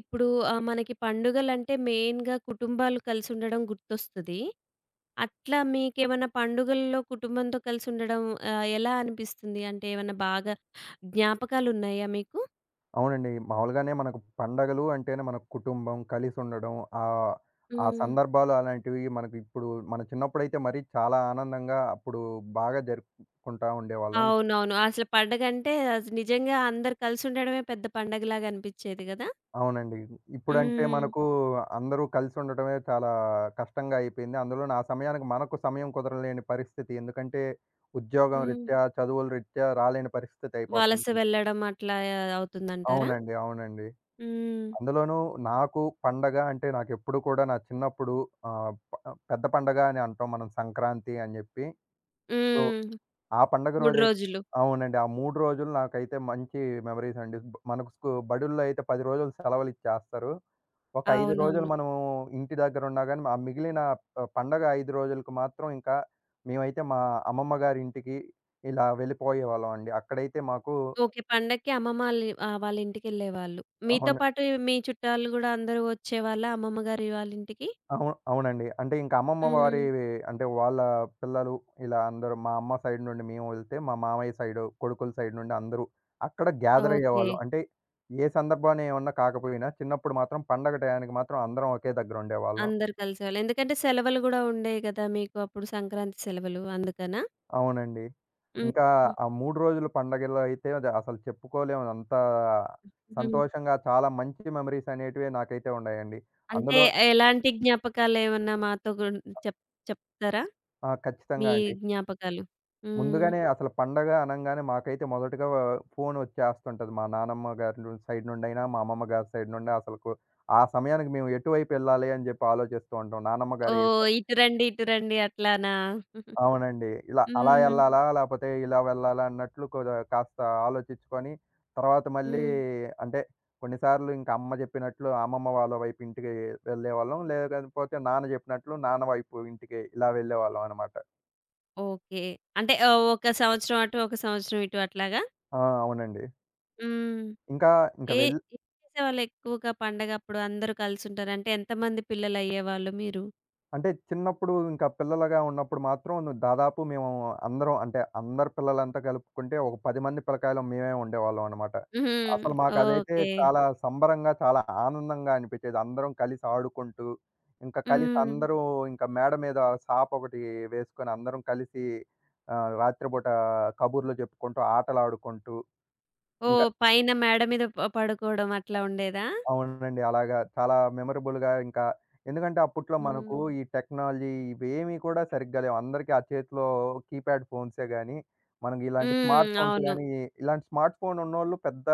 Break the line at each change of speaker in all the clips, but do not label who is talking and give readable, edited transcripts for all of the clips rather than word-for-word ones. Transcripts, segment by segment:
ఇప్పుడు మనకి పండుగలంటే మెయిన్‌గా కుటుంబాలు కలిసి ఉండడం గుర్తొస్తది. అట్లా మీకేమన్నా పండుగల్లో కుటుంబంతో కలిసి ఉండడం ఎలా అనిపిస్తుంది? అంటే ఏమన్నా బాగా జ్ఞాపకాలున్నాయా మీకు?
అవునండి. మామూలుగానే మనకు పండగలు అంటేనే మన కుటుంబం కలిసుండడం. ఆహ్, ఆ ఆ
హ్మ్.
సందర్భాలు అలాంటివి మనకు ఇప్పుడు మన చిన్నప్పుడైతే మరీ చాలా ఆనందంగా అప్పుడు బాగా జరుపుకుంటా ఉండేవాళ్ళం.
అవునవును. అసలు పండగంటే అసలు నిజంగా అందరూ కలిసి ఉండడమే పెద్ద పండగలాగా అనిపిచ్చేది గదా!
అవునండి. ఇప్పుడంటే
హ్మ్.
మనకు అందరూ కలిసుండటమే చాలా కష్టంగా అయిపోయింది. అందులోను ఆ సమయానికి మనకు సమయం కుదరలేని పరిస్థితి. ఎందుకంటే ఉద్యోగం
హ్మ్.
రీత్యా, చదువుల రీత్యా రాలేని పరిస్థితి
వలస
అయిపోతుంది.
వెళ్ళడం అట్లా అవుతుందంటారా?
అవునండి.
హ్మ్.
అందులోనూ నాకు పండగ అంటే నాకెప్పుడు కూడా నా చిన్నప్పుడు ఆహ్, ప పెద్ద పండగ అని అంటాం మనం సంక్రాంతి అని జెప్పి. సో,
హ్మ్.
ఆ పండగ
3
రోజై
రోజులు.
అవునండి. ఆ 3 రోజులు నాకైతే మంచి మెమోరీస్ అండి. మనకు బడుల్లో అయితే 10 రోజులు సెలవులిచ్చేస్తారు. ఒక 5 రోజులు
అవునవును.
మనము ఇంటి దగ్గరున్నా గాని, ఆ మిగిలిన పండగ 5 రోజులకు మాత్రం ఇంకా మేమైతే మా అమ్మమ్మ గారింటికి ఇలా వెళ్ళిపోయేవాళ్ళం అండి. అక్కడైతే మాకు
ఓకే. పండక్కి అమ్మమ్మ ఆళ్ళి వాళ్ళ ఇంటికెళ్ళేవాళ్ళు. మీతో
అవును.
పాటు మీ చుట్టాలు గూడా అందరూ వచ్చేవాళ్ళా అమ్మమ్మ గారి వాళ్ళ ఇంటికి?
అవును. అవునండి. అంటే ఇంకా అమ్మమ్మ
హ్మ్.
వారి అంటే వాళ్ళ పిల్లలు ఇలా అందరూ మా అమ్మ సైడ్ నుండి మేము వెళ్తే, మా మామయ్య సైడు, కొడుకుల సైడ్ నుండి అందరూ అక్కడ గ్యాదర్
ఓకే.
అయ్యేవాళ్ళం. అంటే ఏ సందర్భాన ఏమన్నా కాకపోయినా చిన్నప్పుడు మాత్రం పండగ టయానికి మాత్రం అందరం ఒకే దగ్గర ఉండేవాళ్ళం.
అందరూ కలిసేవాళ్ళు. ఎందుకంటే సెలవులు గూడా ఉండేయి గదా! మీకు అప్పుడు సంక్రాంతి సెలవులు అందుకనా?
అవునండి.
హ్మ్.
ఇంకా
హ్మ్.
ఆ 3 రోజులు పండగలో అయితే అది అసలు చెప్పుకోలేము. అంత
హ్మ్.
సంతోషంగా చాలా మంచి మెమరీస్ అనేటివి నాకైతే ఉన్నాయండి.
అంటే
అందులో
ఎలాంటి జ్ఞాపకాలేమన్నా మాతో గున్ చెప్ చెప్తారా?
ఆ!
మీ
ఖచ్చితంగా అండి.
జ్ఞాపకాలు? హ్మ్.
ముందుగానే అసలు పండగ అనంగానే మాకైతే మొదటగా ఫోన్ వచ్చేస్తుంటది. మా నానమ్మ గారి సైడ్ నుండైనా, మా అమ్మమ్మ గారి సైడ్ నుండి అసలుకు ఆ సమయానికి మేము ఎటువైపు వెళ్ళాలి అని జెప్పి ఆలోచిస్తూ ఉంటాం. నానమ్మ గారి
ఓహ్! ఇటు రండి, ఇటు రండి అట్లానా?
అవునండి. ఇలా అలా
హ్మ్.
ఎళ్ళాలా? లేపోతే ఇలా వెళ్ళాలా? అన్నట్లు కాస్త ఆలోచించుకొని తర్వాత మళ్ళీ
హ్మ్.
అంటే కొన్నిసార్లు ఇంక అమ్మ జెప్పినట్లు అమ్మమ్మ వాళ్ళ వైపు ఇంటికి వెళ్ళేవాళ్ళం. లేకపోతే నాన్న జెప్పినట్లు నాన్న వైపు ఇంటికి ఇలా వెళ్ళేవాళ్ళం అనమాట.
ఓకే. అంటే ఒక సంవత్సరం అటు, ఒక సంవత్సరం ఇటు అట్లాగా?
ఆ! అవునండి.
హ్మ్.
ఇంకా ఇంక
ఏ
వెళ్ళే
ఏం చేసేవాళ్ళెక్కువగా పండగప్పుడు అందరూ కలిసుంటారు? అంటే ఎంతమంది పిల్లలయ్యేవాళ్ళు మీరు?
అంటే చిన్నప్పుడు ఇంకా పిల్లలుగా ఉన్నప్పుడు మాత్రం దాదాపు మేము అందరం అంటే అందరు పిల్లలంతా కలుపుకుంటే ఒక 10 మంది పిల్లకాయలం మేమే ఉండేవాళ్ళం అనమాట.
హ్మ్.
అసలు మాకదైతే
ఓకే.
చాలా సంబరంగా, చాలా ఆనందంగా అనిపించేది. అందరం కలిసి ఆడుకుంటూ, ఇంకా కలిసి
హ్మ్.
అందరూ ఇంకా మేడ మీద సాపొకటి వేసుకొని అందరం కలిసి రాత్రిపూట కబుర్లు చెప్పుకుంటూ, ఆటలాడుకుంటూ, ఇంక
ఓహ్! పైన మేడ మీద పడుకోవడం అట్లా ఉండేదా?
అవునండి. అలాగా చాలా మెమరబుల్‌గా ఇంకా ఎందుకంటే అప్పట్లో మనకు
హ్మ్.
ఈ టెక్నాలజీ ఇవేమీ కూడా సరిగ్గా లేవు. అందరికీ ఆ చేతిలో కీప్యాడ్ ఫోన్సే గానీ, మనకి ఇలాంటి స్మార్ట్
హ్మ్.
ఫోన్స్
అవును.
గానీ, ఇలాంటి స్మార్ట్ ఫోన్ ఉన్నోళ్ళు పెద్ద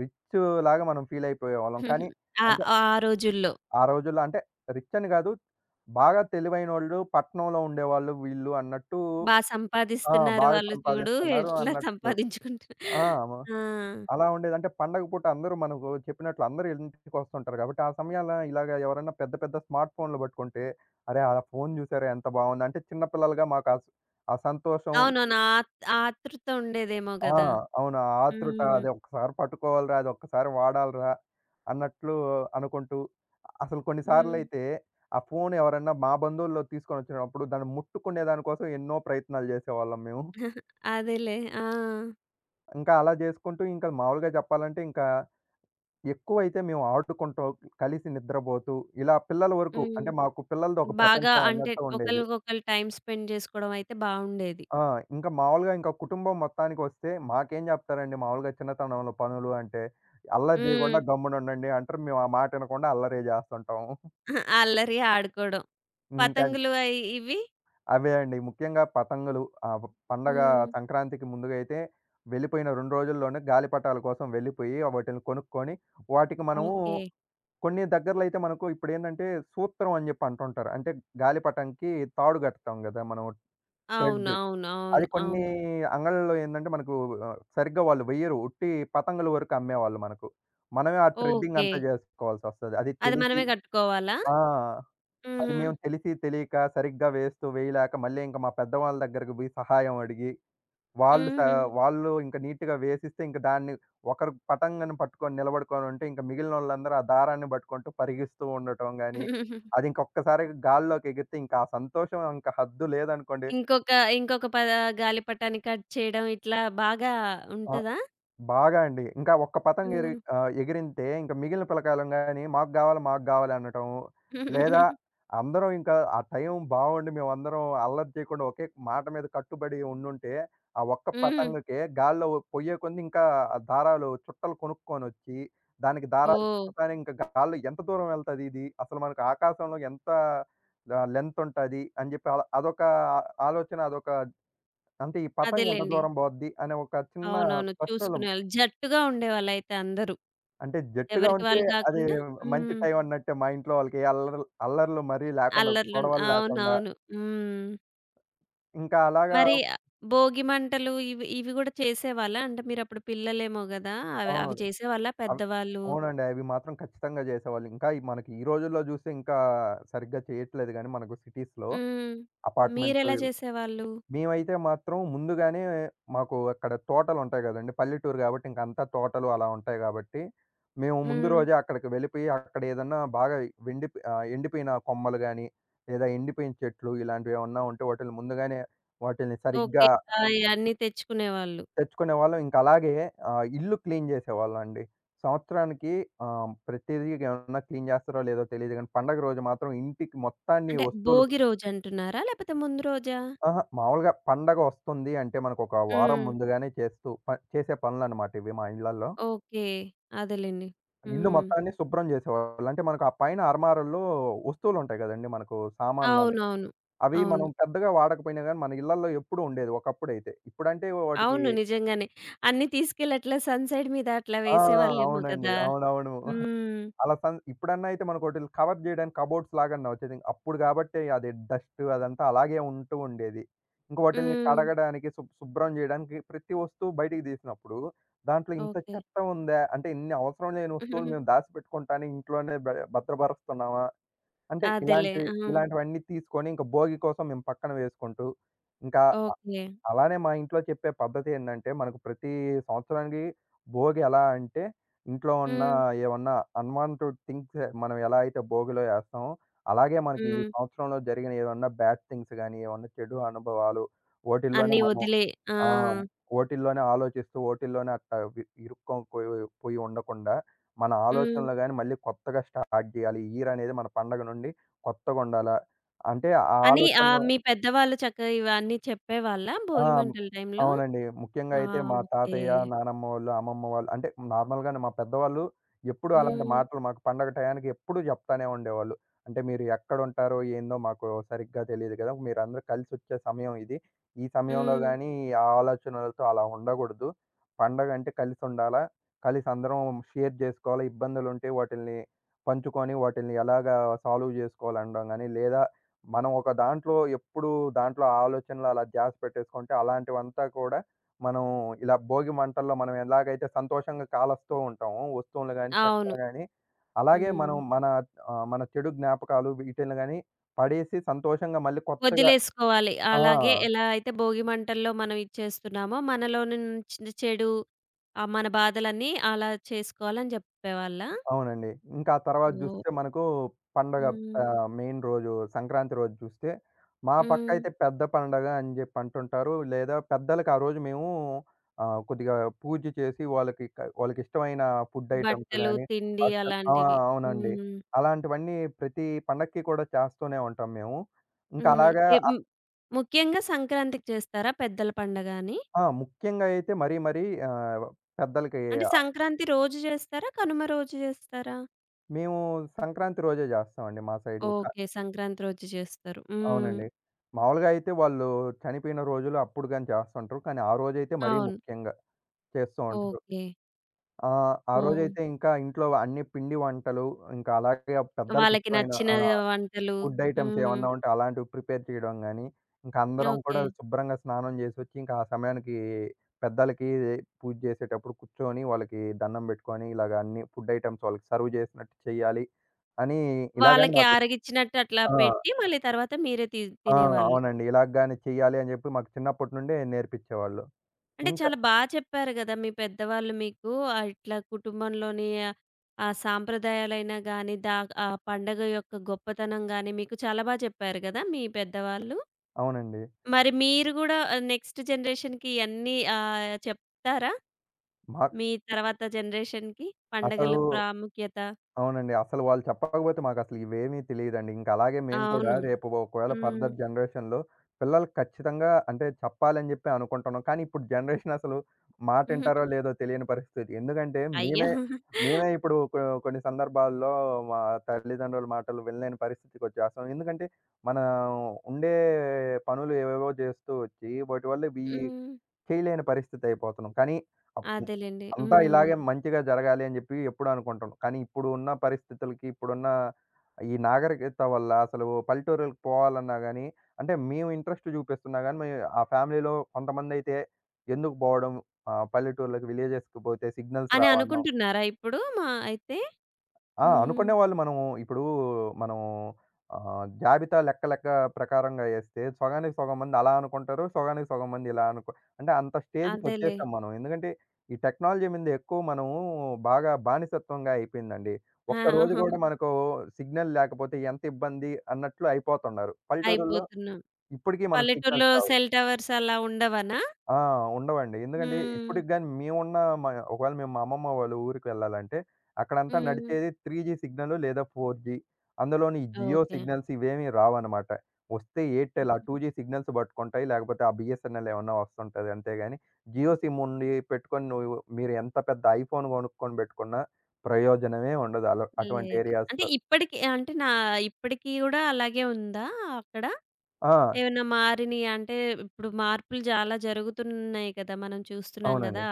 రిచ్ లాగా మనం ఫీల్ అయిపోయేవాళ్ళం. కానీ
ఆ
అంటే
ఆ రోజుల్లో
ఆ రోజుల్లో అంటే రిచ్ అని గాదు. బాగా తెలివైనోళ్ళు, పట్నంలో ఉండేవాళ్ళు వీళ్ళు అన్నట్టు
బా
ఆ!
సంపాదిస్తున్నారు
బాగా
వాళ్ళు చూడు,
సంపాదిస్తున్నారు
ఎట్లా
అన్నట్లు.
సంపాదించుకుంటున్నా
ఆ!
ఆ!
అలా ఉండేది. అంటే పండగ పూట అందరూ మనకు చెప్పినట్లు అందరూ ఇంటికొస్తుంటారు గాబట్టి, ఆ సమయాల్లో ఇలాగ ఎవరన్నా పెద్ద పెద్ద స్మార్ట్ ఫోన్‌లు పట్టుకుంటే, "అరే! ఆ ఫోను జూసారా ఎంత బావుంది" అంటే చిన్న పిల్లలుగా మాకు ఆ సంతోషం
అవునవును. ఆ ఆ ఆతృత ఉండేదేమో
ఆ!
గదా!
అవును. ఆ ఆతృత
హ్మ్.
అది ఒక్కసారి పట్టుకోవాలిరా, అది ఒక్కసారి వాడాలిరా అన్నట్లు అనుకుంటూ, అసలు కొన్ని
హ్మ్.
సార్లయితే ఆ ఫోను ఎవరన్నా మా బంధువుల్లో తీసుకొనొచ్చినప్పుడు దాన్ని ముట్టుకునే దానికోసం ఎన్నో ప్రయత్నాలు జేసేవాళ్ళం మేము.
అదేలే. ఆ!
ఇంకా అలా జేసుకుంటూ ఇంకా మామూలుగా జెప్పాలంటే ఇంకా ఎక్కువైతే మేము ఆడుకుంటూ, కలిసి నిద్రబోతూ, ఇలా పిల్లల వరకు
హ్మ్.
అంటే మాకు పిల్లలది ఒక
బాగా
ప్రపంచం
అంటే
అన్నట్టు ఉండేది.
ఒకళ్ళకొకళ్ళు టైమ్ స్పెండ్ జేసుకోవడం అయితే బావుండేది.
ఆ! ఇంకా మామూలుగా ఇంకా కుటుంబం మొత్తానికొస్తే మాకేం జెప్తారండి మామూలుగా చిన్నతనంలో పనులు అంటే, అల్లరి
హ్మ్.
జేయకుండా గమ్మునుండండి అంటారు. మేము ఆ మాట వినకుండా అల్లరే జేస్తుంటాము.
అల్లరి, ఆడుకోవడం.
ఇంకా
పతంగులు అయి ఇవి?
అవే అండి ముఖ్యంగా పతంగులు ఆహ్, పండగ
హ్మ్.
సంక్రాంతికి ముందుగా అయితే వెళ్ళిపోయిన 2 రోజుల్లోనే గాలిపటాల కోసం వెళ్ళిపోయి వాటిల్ని కొనుక్కొని, వాటికి మనము
ఓకే.
కొన్ని దగ్గరలో అయితే మనకు ఇప్పుడేంటంటే సూత్రం అని జెప్పి అంటుంటారు. అంటే గాలిపటంకి తాడు గడతాం గదా! మనం
అవును.
థ్రెడ్.
అవును.
అది
అవును.
కొన్ని
అవును.
అంగళ్ళలో ఏందంటే మనకు సరిగ్గా వాళ్ళు వెయ్యరు. ఉట్టి పతంగుల వరకు అమ్మేవాళ్ళు మనకు. మనమే ఆ థ్రెడ్డింగ్
ఓకే.
అంతా జేసుకోవాల్సొస్తది. అది
అది
తెలిసి
మనమే గట్టుకోవాలా?
ఆ! అది
హుహు.
మేము తెలిసి తెలియక సరిగ్గా వేస్తూ వేయలేక మళ్ళీ ఇంక మా పెద్దవాళ్ళ దగ్గరికి బోయి సహాయం అడిగి వాళ్ళు స
హ్మ్.
వాళ్ళు ఇంక నీట్‌గా వేసిస్తే ఇంక దాన్ని ఒకరు పటంగన పట్టుకొని నిలబడుకొనుంటే, ఇంక మిగిలినోళ్ళందరూ ఆ దారాన్ని పట్టుకుంటూ పరిగిస్తూ ఉండటం గాని, అదింక ఒక్కసారిగా గాల్లోకెగిరితే ఇంక ఆ సంతోషం ఇంక హద్దు లేదనుకోండి.
ఇంకొక ఇంకొక పద గాలిపటాన్ని కట్ చేయడం ఇట్లా బాగా
ఆ!
ఉంటదా?
బాగా అండి. ఇంకా ఒక్క పతంగ
హ్మ్.
ఎగిరితే ఇంక మిగిలిన పిల్లకాయలం గాని మాకు గావాలి, మాకు గావాలి అనటం. లేదా అందరం ఇంకా ఆ టైం బావుండి మేమందరం అల్లరి చేయకుండా ఒకే మాట మీద కట్టుబడి ఉండుంటే, ఆ ఒక్క
హ్మ్.
పతంగకే గాల్లో పొయ్యే కొంది ఇంకా ఆ దారాలు చుట్టలు కొనుక్కొనొచ్చి, దానికి దారాలు
ఓహ్!
చుట్టతానే ఇంక గాల్లో ఎంత దూరం వెళ్తది ఇది? అసలు మనకు ఆకాశంలో ఎంత లెంత్ ఉంటది? అని జెప్పి అలా అదొక ఆలోచన అదొక అంటే ఈ పతంగ ఎంత
అదేలెండి.
దూరం బోద్ది? అనే ఒక చిన్న
అవునవును.
ప్రశ్నలు
చూసుకునేవాళ్ళు. జట్టుగా ఉండేవాళ్ళయితే అందరూ.
అంటే జట్టుగా
ఎవరికి
ఉంటే
వాళ్ళు
అది
కాకుండా
మంచి
హ్మ్.
టైం అన్నట్టే. మా ఇంట్లో వాళ్ళకి ఏ అల్లర్లు అల్లర్లు మరీ లేకుండా,
అల్లర్లు.
గొడవలు లేకుండా
అవునవును. హ్మ్.
ఇంకా అలాగా
మరి భోగి మంటలు ఇవి ఇవి గూడా చేసేవాళ్ళా? అంటే మీరప్పుడు పిల్లలేమో గదా! అవి అవి
అవును.
చేసేవాళ్ళా
అవ్
పెద్దవాళ్ళు?
అవునండి. అవి మాత్రం ఖచ్చితంగా చేసేవాళ్ళు. ఇంకా మనకి ఈ రోజుల్లో చూస్తే ఇంకా సరిగ్గా చేయట్లేదు గానీ మనకు సిటీస్‌లో
హ్మ్.
అపార్ట్మెంట్స్
మీరెలా చేసేవాళ్ళు?
మేమైతే మాత్రం ముందుగానే మాకు అక్కడ తోటలుంటాయి గదండీ! పల్లెటూరు గాబట్టి ఇంక అంతా తోటలు అలా ఉంటాయి గాబట్టి, మేము ముందు
హ్మ్.
రోజే అక్కడికి వెళ్ళిపోయి అక్కడ ఏదన్నా బాగా ఎండిపోయిన కొమ్మలు గాని, లేదా ఎండిపోయిన చెట్లు ఇలాంటివేమన్నా ఉంటే వాటిల్ని ముందుగానే వాటిల్ని
ఓకే.
సరిగ్గా
ఆ! ఇయన్నీ తెచ్చుకునేవాళ్ళు.
తెచ్చుకునేవాళ్ళం. ఇంక అలాగే ఇల్లు క్లీన్ జేసేవాళ్ళండి. సంవత్సరానికి ప్రతిదీ ఏమన్నా క్లీన్ జేస్తారో లేదో తెలీదు గానీ, పండగ రోజు మాత్రం ఇంటికి మొత్తాన్ని
అంటే
వస్తువులు
భోగి రోజంటున్నారా? లేపోతే ముందు రోజా?
అహా! మామూలుగా పండగ వస్తుంది అంటే మనకొక వారం
హ్మ్.
ముందుగానే చేస్తూ చేసే పనులనమాట ఇవి మా ఇళ్ళల్లో.
ఓకే. అదేలెండి.
ఇల్లు
హ్మ్.
మొత్తాన్ని శుభ్రం చేసేవాళ్ళు. అంటే మనకు ఆ పైన అర్మారాల్లో వస్తువులుంటాయి గదండీ! మనకు సామాన్లంతా.
అవునవును.
అవి
అవును.
మనం పెద్దగా వాడకపోయినా గానీ మన ఇళ్ళల్లో ఎప్పుడూ ఉండేది ఒకప్పుడైతే. ఇప్పుడంటే వాటికి
అవును. నిజంగానే. అన్నీ తీసుకెళ్ళి అట్లా సన్ సైడ్ మీద అట్లా
ఆ!
వేసేవాళ్ళేమో
అవునండి.
కదా!
అవునవును.
హ్మ్.
అలా ఇప్పుడన్నా అయితే మనకోటిల్ని కవర్ జేయడానికి కబోర్డ్స్ లాగన్నా వచ్చేది. అప్పుడు గాబట్టే అది డస్ట్ అదంతా అలాగే ఉంటూ ఉండేది. ఇంక వాటిల్ని అవును.
హ్మ్.
కడగడానికి, శుభ్రం జేయడానికి ప్రతి వస్తువు బయటికి తీసినప్పుడు దాంట్లో ఇంత
ఓకే.
చెత్త ఉందా? అంటే ఇన్ని అవసరం లేని వస్తువులు
హుహుహు.
మేము దాసిపెట్టుకుంటానికి ఇంట్లోనే భద్రపరుస్తున్నామా? అంటే
అదేలే.
ఇలాంటివి
ఆ!
ఇలాంటివన్నీ తీసుకొని ఇంక భోగి కోసం మేము పక్కన వేసుకుంటూ ఇంకా
ఓకే.
అలానే మా ఇంట్లో చెప్పే పద్ధతి ఏందంటే, మనకు ప్రతి సంవత్సరానికి భోగి ఎలా అంటే, ఇంట్లో ఉన్న
హ్మ్.
ఏమన్నా అన్వాంటెడ్ థింగ్స్ మనం ఎలా అయితే భోగిలో ఏస్తామో, అలాగే మనకి ఈ
హ్మ్.
సంవత్సరంలో జరిగిన ఏమన్నా బ్యాడ్ థింగ్స్ గాని, ఏమన్నా చెడు అనుభవాలు ఓటిల్లోనే
అన్నీ
మనం
వదిలే ఆ!
ఆ! ఓటిల్లోనే ఆలోచిస్తూ, ఓటిల్లోనే అట్టా ఇరుక్కొని పోయి పోయి ఉండకుండా, మన
హ్మ్.
ఆలోచనలు గాని మళ్ళీ కొత్తగా స్టార్ట్ జేయాలి. ఈ ఇయర్ అనేది మన పండగ నుండి కొత్తగుండాల. అంటే ఆ
అని
ఆలోచనలో
మీ పెద్దవాళ్ళు చక్కగా ఇవన్నీ చెప్పేవాళ్ళా
ఆ!
భోగి మంటల టైంలో?
అవునండి. ముఖ్యంగా
ఆ!
అయితే మా
ఓకే.
తాతయ్య, నానమ్మ వాళ్ళు, అమ్మమ్మ వాళ్ళు అంటే నార్మల్‌గానే మా పెద్దవాళ్ళు ఎప్పుడూ అలాంటి
హ్మ్.
మాటలు మాకు పండగ టయానికి ఎప్పుడూ జెప్తానే ఉండేవాళ్ళు. అంటే "మీరు ఎక్కడుంటారో ఏందో మాకు సరిగ్గా తెలీదు గదా! మీరందరూ కలిసొచ్చే సమయం ఇది. ఈ సమయంలో
హ్మ్.
గానీ ఆ ఆలోచనలతో అలా ఉండగూడదు. పండగ అంటే కలిసుండాలా. కలిసి అందరం షేర్ జేసుకోవాలి. ఇబ్బందులుంటే వాటిల్ని పంచుకొని వాటిల్ని ఎలాగా సాల్వ్ జేసుకోవాలి" అనడం గానీ, లేదా మనం ఒక దాంట్లో ఎప్పుడు దాంట్లో ఆలోచనలు అలా ధ్యాస పెట్టేసుకుంటే అలాంటివంతా కూడా మనం ఇలా భోగి మంటల్లో మనం ఎలాగైతే సంతోషంగా కాలస్తూ ఉంటామో వస్తువులు గాని,
అవును.
చెక్కలు గాని, అలాగే మనం
హ్మ్.
మన మన చెడు జ్ఞాపకాలు వీటిల్ని గాని పడేసి సంతోషంగా మళ్ళీ కొత్తగా
వదిలేసుకోవాలి.
ఆ!
అలాగే ఎలా అయితే భోగి మంటల్లో మనం ఇచ్చేస్తున్నామో మనలోని నుంచి చెడు మన బాధలన్నీ అలా చేసుకోవాలని చెప్పేవాళ్ళా?
అవునండి. ఇంకా ఆ తర్వాత
ఓహ్!
జూస్తే మనకు పండగ
హ్మ్.
మెయిన్ రోజు సంక్రాంతి రోజు జూస్తే, మా
హ్మ్.
పక్కయితే పెద్ద పండగ అని జెప్పి అంటుంటారు. లేదా పెద్దలకి ఆ రోజు మేము కొద్దిగా పూజ చేసి వాళ్ళకి వాళ్ళకిష్టమైన ఫుడ్ ఐటెమ్స్
బట్టలు,
గాని,
తిండి
బట్టలు ఆ!
అలాంటివి.
అవునండి.
హ్మ్.
అలాంటివన్నీ ప్రతి పండక్కి కూడా చేస్తూనే ఉంటాం మేము. ఇంకా
హుహు.
అలాగా
హ్మ్. ముఖ్యంగా సంక్రాంతికి చేస్తారా పెద్దల పండగ అని?
ఆ! ముఖ్యంగా అయితే మరీ మరీ ఆహ్, పెద్దలకి
అంటే
ఆ,
సంక్రాంతి రోజు చేస్తారా? కనుమ రోజు చేస్తారా?
మేము సంక్రాంతి రోజే జేస్తామండి మా సైడు.
ఓకే. సంక్రాంతి రోజు చేస్తారు. హ్మ్.
అవునండి. మామూలుగా అయితే వాళ్ళు చనిపోయిన రోజులు అప్పుడు గాని చేస్తుంటారు. కానీ ఆ రోజైతే మరీ
అవును.
ముఖ్యంగా చేస్తూ ఉంటారు.
ఓకే.
ఆ
ఓహ్!
రోజైతే ఇంకా ఇంట్లో అన్ని పిండి వంటలు, ఇంకా అలాగే
వాళ్ళకి
పెద్దలకిష్టమైన
నచ్చిన
ఆ!
వంటలు.
ఫుడ్ ఐటెమ్స్
హ్మ్.
ఏమన్నా ఉంటే అలాంటివి ప్రిపేర్ చేయడం గాని, ఇంకా అందరం
ఓకే.
కూడా శుభ్రంగా స్నానం జేసొచ్చి, ఇంకా ఆ సమయానికి పెద్దలకి పూజ జేసేటప్పుడు కూర్చొని, వాళ్ళకి దండం బెట్టుకొని, ఇలాగ అన్ని ఫుడ్ ఐటెమ్స్ వాళ్ళకి సర్వ్ జేసినట్టు చేయాలి అని ఇలా గాని
వాళ్ళకి
నాకు
ఆరగిచ్చినట్టు అట్లా
ఆ!
పెట్టి మళ్ళీ తర్వాత మీరే
ఆ!
తినేవాళ్ళు.
అవునండి. ఇలాగ గాని చెయ్యాలి అని జెప్పి మాకు చిన్నప్పటి నుండే నేర్పిచ్చేవాళ్ళు.
అంటే
ఇంకా
చాలా బా చెప్పారు గదా! మీ పెద్దవాళ్ళు మీకు ఇట్లా కుటుంబంలోని ఆ ఆ సాంప్రదాయాలైనా గానీ, ఆ పండగ యొక్క గొప్పతనం గానీ, మీకు చాలా బా చెప్పారు గదా! మీ పెద్దవాళ్ళు.
అవునండి.
మరి మీరు గూడా నెక్స్ట్ జనరేషన్‌కి ఇయన్నీ చెప్తారా?
మాక్
మీ తర్వాత జనరేషన్‌కి పండగల
అసలు
ప్రాముఖ్యత?
అవునండి. అసలు వాళ్ళు చెప్పకపోతే మాకసలు ఇవేమీ తెలీదండి. ఇంక అలాగే మేము కూడా
అవును.
రేపు ఒకవేళ
హ్మ్.
ఫర్దర్ జనరేషన్‌లో పిల్లలకి ఖచ్చితంగా అంటే చెప్పాలని జెప్పి అనుకుంటున్నాం. కానీ ఇప్పుడు జనరేషన్ అసలు మాటింటారో లేదో తెలియని పరిస్థితి. ఎందుకంటే
అయ్యో!
మేమే ఇప్పుడు కొన్ని సందర్భాల్లో మా తల్లిదండ్రుల మాటలు వినలేని పరిస్థితికొచ్చేస్తాం. ఎందుకంటే మనం ఉండే పనులు ఏవేవో జేస్తూ వచ్చి వాటి వల్ల ఈ
హ్మ్.
చేయలేని పరిస్థితి అయిపోతున్నాం. కానీ అప్
అదేలెండి.
అంతా
హ్మ్.
ఇలాగే మంచిగా జరగాలి అని జెప్పి ఎప్పుడూ అనుకుంటాం. కానీ ఇప్పుడు ఉన్న పరిస్థితులకి, ఇప్పుడున్న ఈ నాగరికత వల్ల అసలు పల్లెటూరులకు పోవాలన్నా గాని, అంటే మేము ఇంట్రెస్ట్ జూపిస్తున్నా గాని, ఆ ఫ్యామిలీలో కొంతమందైతే ఎందుకు బోవడం పల్లెటూర్లకి విలేజెస్‌కి పోతే సిగ్నల్స్
అని
రావడం.
అనుకుంటున్నారా ఇప్పుడు మా అయితే?
ఆ!
హ్మ్.
అనుకునే వాళ్ళు మనము ఇప్పుడు మనం జాబితా లెక్క లెక్క ప్రకారంగా ఏస్తే సగానికి సగం మంది అలా అనుకుంటారు. సగానికి సగం మంది ఇలా అనుకో అంటే అంత
అదేలే.
స్టేజ్‌కొచ్చేసాం మనం. ఎందుకంటే ఈ టెక్నాలజీ మీద ఎక్కువ మనము బాగా బానిసత్వంగా అయిపోయిందండి.
ఆ!
ఒక్కరోజు గూడా మనకు సిగ్నల్ లేకపోతే ఎంత ఇబ్బంది అన్నట్లు అయిపోతున్నారు. పల్లెటూరుల్లో
అయిపోతున్నాం.
ఇప్పటికీ మనకు సిగ్నల్స్
పల్లెటూరులో
రావు.
సెల్ టవర్స్ అలా ఉండవనా?
ఆ! ఉండవండి. ఎందుకంటే
హ్మ్.
ఇప్పటికి గాని మేమున్న మ ఒకవేళ మేము మా అమ్మమ్మ వాళ్ళ ఊరికెళ్ళాలంటే అక్కడంతా
హ్మ్.
నడిచేది 3జీ సిగ్నలు లేదా 4జీ. అందులోని ఈ జియో
ఓకే.
సిగ్నల్స్ ఇవేమీ రావన్నమాట. వస్తే ఎయిర్‌టెల్ ఆ 2జీ సిగ్నల్స్ పట్టుకుంటాయి. లేకపోతే ఆ బీఎస్ఎన్ఎల్ ఏమన్నా వస్తుంటది. అంతేగాని జియో సిమ్ ఉండి పెట్టుకొని మీరు ఎంత పెద్ద ఐఫోన్ కొనుక్కొని పెట్టుకున్నా ప్రయోజనమే ఉండదు. అటువంటి
లేదు. అంటే
ఏరియాస్‌లో.
ఇప్పటికి అంటే నా ఇప్పటికి గూడా అలాగే ఉందా అక్కడ?
ఆ!
ఏమన్నా మారినియా? అంటే ఇప్పుడు మార్పులు చాలా జరుగుతున్నాయి కదా! మనం చూస్తున్నాం
అవునండి.
గదా!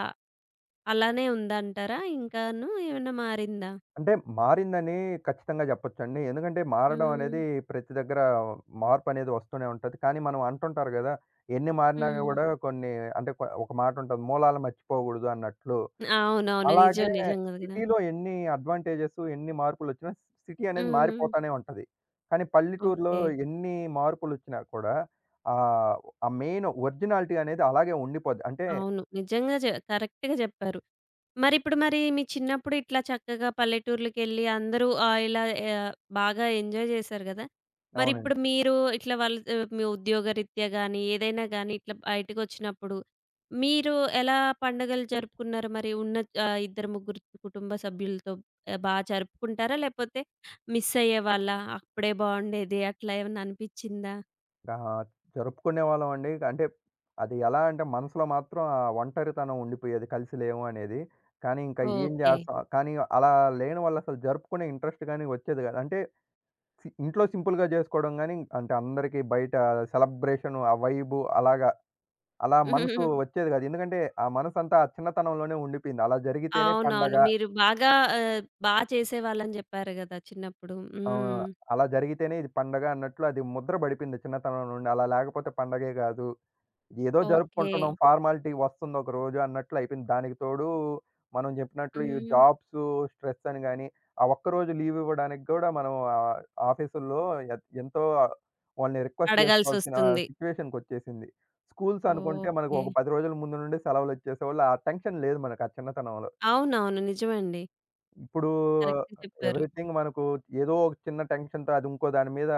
అలానే ఉందంటారా ఇంకాను ఏమన్నా మారిందా?
అంటే మారిందని ఖచ్చితంగా చెప్పొచ్చండి. ఎందుకంటే మారడం
హ్మ్.
అనేది ప్రతి దగ్గర మార్పనేది వస్తూనే ఉంటది. కానీ మనం అంటుంటారు గదా! ఎన్ని మారినా
హ్మ్.
గూడా కొన్ని అంటే ఒక మాటుంటది. మూలాలు మర్చిపోగూడదు అన్నట్లు.
అవునవును.
అలాగే
నిజం. నిజంగా గదా!
సిటీలో ఎన్ని అడ్వాంటేజెస్ ఎన్ని మార్పులొచ్చినా సిటీ అనేది
హ్మ్.
మారిపోతానే ఉంటది. కానీ పల్లెటూరులో
ఓకే.
ఎన్ని మార్పులొచ్చినా కూడా ఆహ్, ఆ మెయిన్ ఒరిజినాలిటీ అనేది అలాగే ఉండిపోద్ది. అంటే
అవును. నిజంగా కరెక్ట్‌గా జెప్పారు. మరిప్పుడు మరి ఇప్పుడు మరి మీ చిన్నప్పుడు ఇట్లా చక్కగా పల్లెటూర్లకెళ్ళి అందరూ ఇలా ఆహ్, బాగా ఎంజాయ్ జేశారు గదా! మరిప్పుడు
అవునండి.
మీరు ఇట్లా వాళ్ళు మీ ఉద్యోగరీత్యా గానీ, ఏదైనా గానీ ఇట్లా బయటకొచ్చినప్పుడు మీరు ఎలా పండుగలు జరుపుకున్నారు మరి? ఉన్న 2, 3 కుటుంబ సభ్యులతో బా జరుపుకుంటారా? లేపోతే మిస్ అయ్యేవాళ్ళా? అప్పుడే బావుండేది అట్లా ఏమన్నా అనిపిచ్చిందా?
ఆ! జరుపుకునేవాళ్ళం అండి. అంటే అది ఎలా అంటే మనసులో మాత్రం ఆ ఒంటరితనం ఉండిపోయేది కలిసి లేము అనేది. కానీ ఇంకా ఏం ఓహ్!
ఓకే.
చేస్తాం కానీ అలా లేని వల్ల అసలు జరుపుకునే ఇంట్రెస్ట్ గాని వచ్చేది కాదు. అంటే ఇంట్లో సింపుల్‌గా చేసుకోవడం గాని అంటే అందరికీ బయట సెలబ్రేషన్ ఆ వైబు అలాగా అలా మనసు వచ్చేది కాదు. ఎందుకంటే ఆ మనసంతా ఆ చిన్నతనంలోనే ఉండిపోయింది. అలా జరిగితేనే పండగ
అవునవును. మీరు బాగా బా చేసేవాళ్ళని జెప్పారు గదా! చిన్నప్పుడు.
ఆహ్,
హ్మ్.
అలా జరిగితేనే ఇది పండగ అన్నట్లు అది ముద్ర పడిపోయింది చిన్నతనం నుండి. అలా లేకపోతే పండగే కాదు. ఏదో
ఓకే.
జరుపుకుంటున్నాం. ఫార్మాలిటీ వస్తుంది ఒక రోజు అన్నట్లు అయిపోయింది. దానికి తోడు మనం జెప్పినట్లు ఈ
హ్మ్.
జాబ్స్ స్ట్రెస్ అని గాని, ఆ ఒక్కరోజు లీవ్ ఇవ్వడానికి గూడా మనం ఆఫీసుల్లో ఎ ఎంతో వాళ్ళని రిక్వెస్ట్ జేసుకోవాల్సిన
అడగాల్సొస్తుంది.
సిట్యుయేషన్‌కొచ్చేసింది. స్కూల్స్ అనుకుంటే మనకు
ఓకే.
ఒక 10 రోజుల ముందు నుండి సెలవులొచ్చేసేవాళ్ళు. ఆ టెన్షన్ లేదు మనకు ఆ చిన్నతనంలో.
అవునవును. నిజమండి.
ఇప్పుడు
కరెక్టే చెప్పారు.
ఎవ్రీథింగ్ మనకు ఏదో ఒక చిన్న టెన్షన్‌తో అది ఇంకో దాని మీద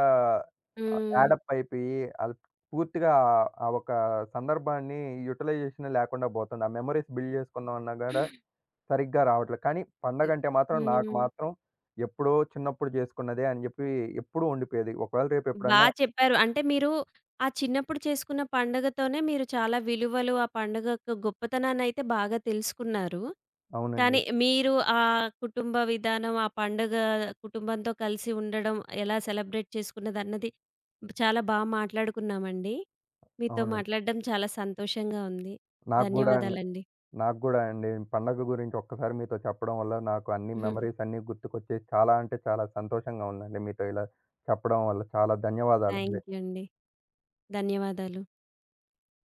హ్మ్.
యాడప్ అయిపోయి అది పూర్తిగా ఆ ఒక సందర్భాన్ని యుటిలైజేషన్ లేకుండా పోతుంది. ఆ మెమోరీస్ బిల్డ్ చేసుకుందాం అన్నా కూడా సరిగ్గా రావట్లేదు. కానీ పండగంటే మాత్రం నాకు
హ్మ్.
మాత్రం ఎప్పుడో చిన్నప్పుడు చేసుకున్నదే అని చెప్పి ఎప్పుడూ ఉండిపోయేది. ఒకవేళ రేపు
బా
ఎప్పుడన్నా
చెప్పారు. అంటే మీరు ఆ చిన్నప్పుడు చేసుకున్న పండుగతోనే మీరు చాలా విలువలు, ఆ పండుగ యొక్క గొప్పతనాన్నయితే బాగా తెలుసుకున్నారు. కానీ
అవునండి.
మీరు ఆ కుటుంబ విధానం, ఆ పండుగ కుటుంబంతో కలిసి ఉండడం, ఎలా సెలబ్రేట్ చేసుకున్నదన్నది చాలా బా మాట్లాడుకున్నామండి. మీతో
అవునండి.
మాట్లాడడం చాలా సంతోషంగా ఉంది.
నాకు గూడా అండి.
ధన్యవాదాలండి.
నాకు గూడా అండి. పండగ గురించి ఒక్కసారి మీతో చెప్పడం వల్ల నాకు అన్ని మెమోరీస్ అన్నీ గుర్తుకొచ్చేసి చాలా అంటే చాలా సంతోషంగా ఉందండి మీతో ఇలా చెప్పడం వల్ల. చాలా ధన్యవాదాలండి.
థ్యాంక్ యూ అండి. ధన్యవాదాలు.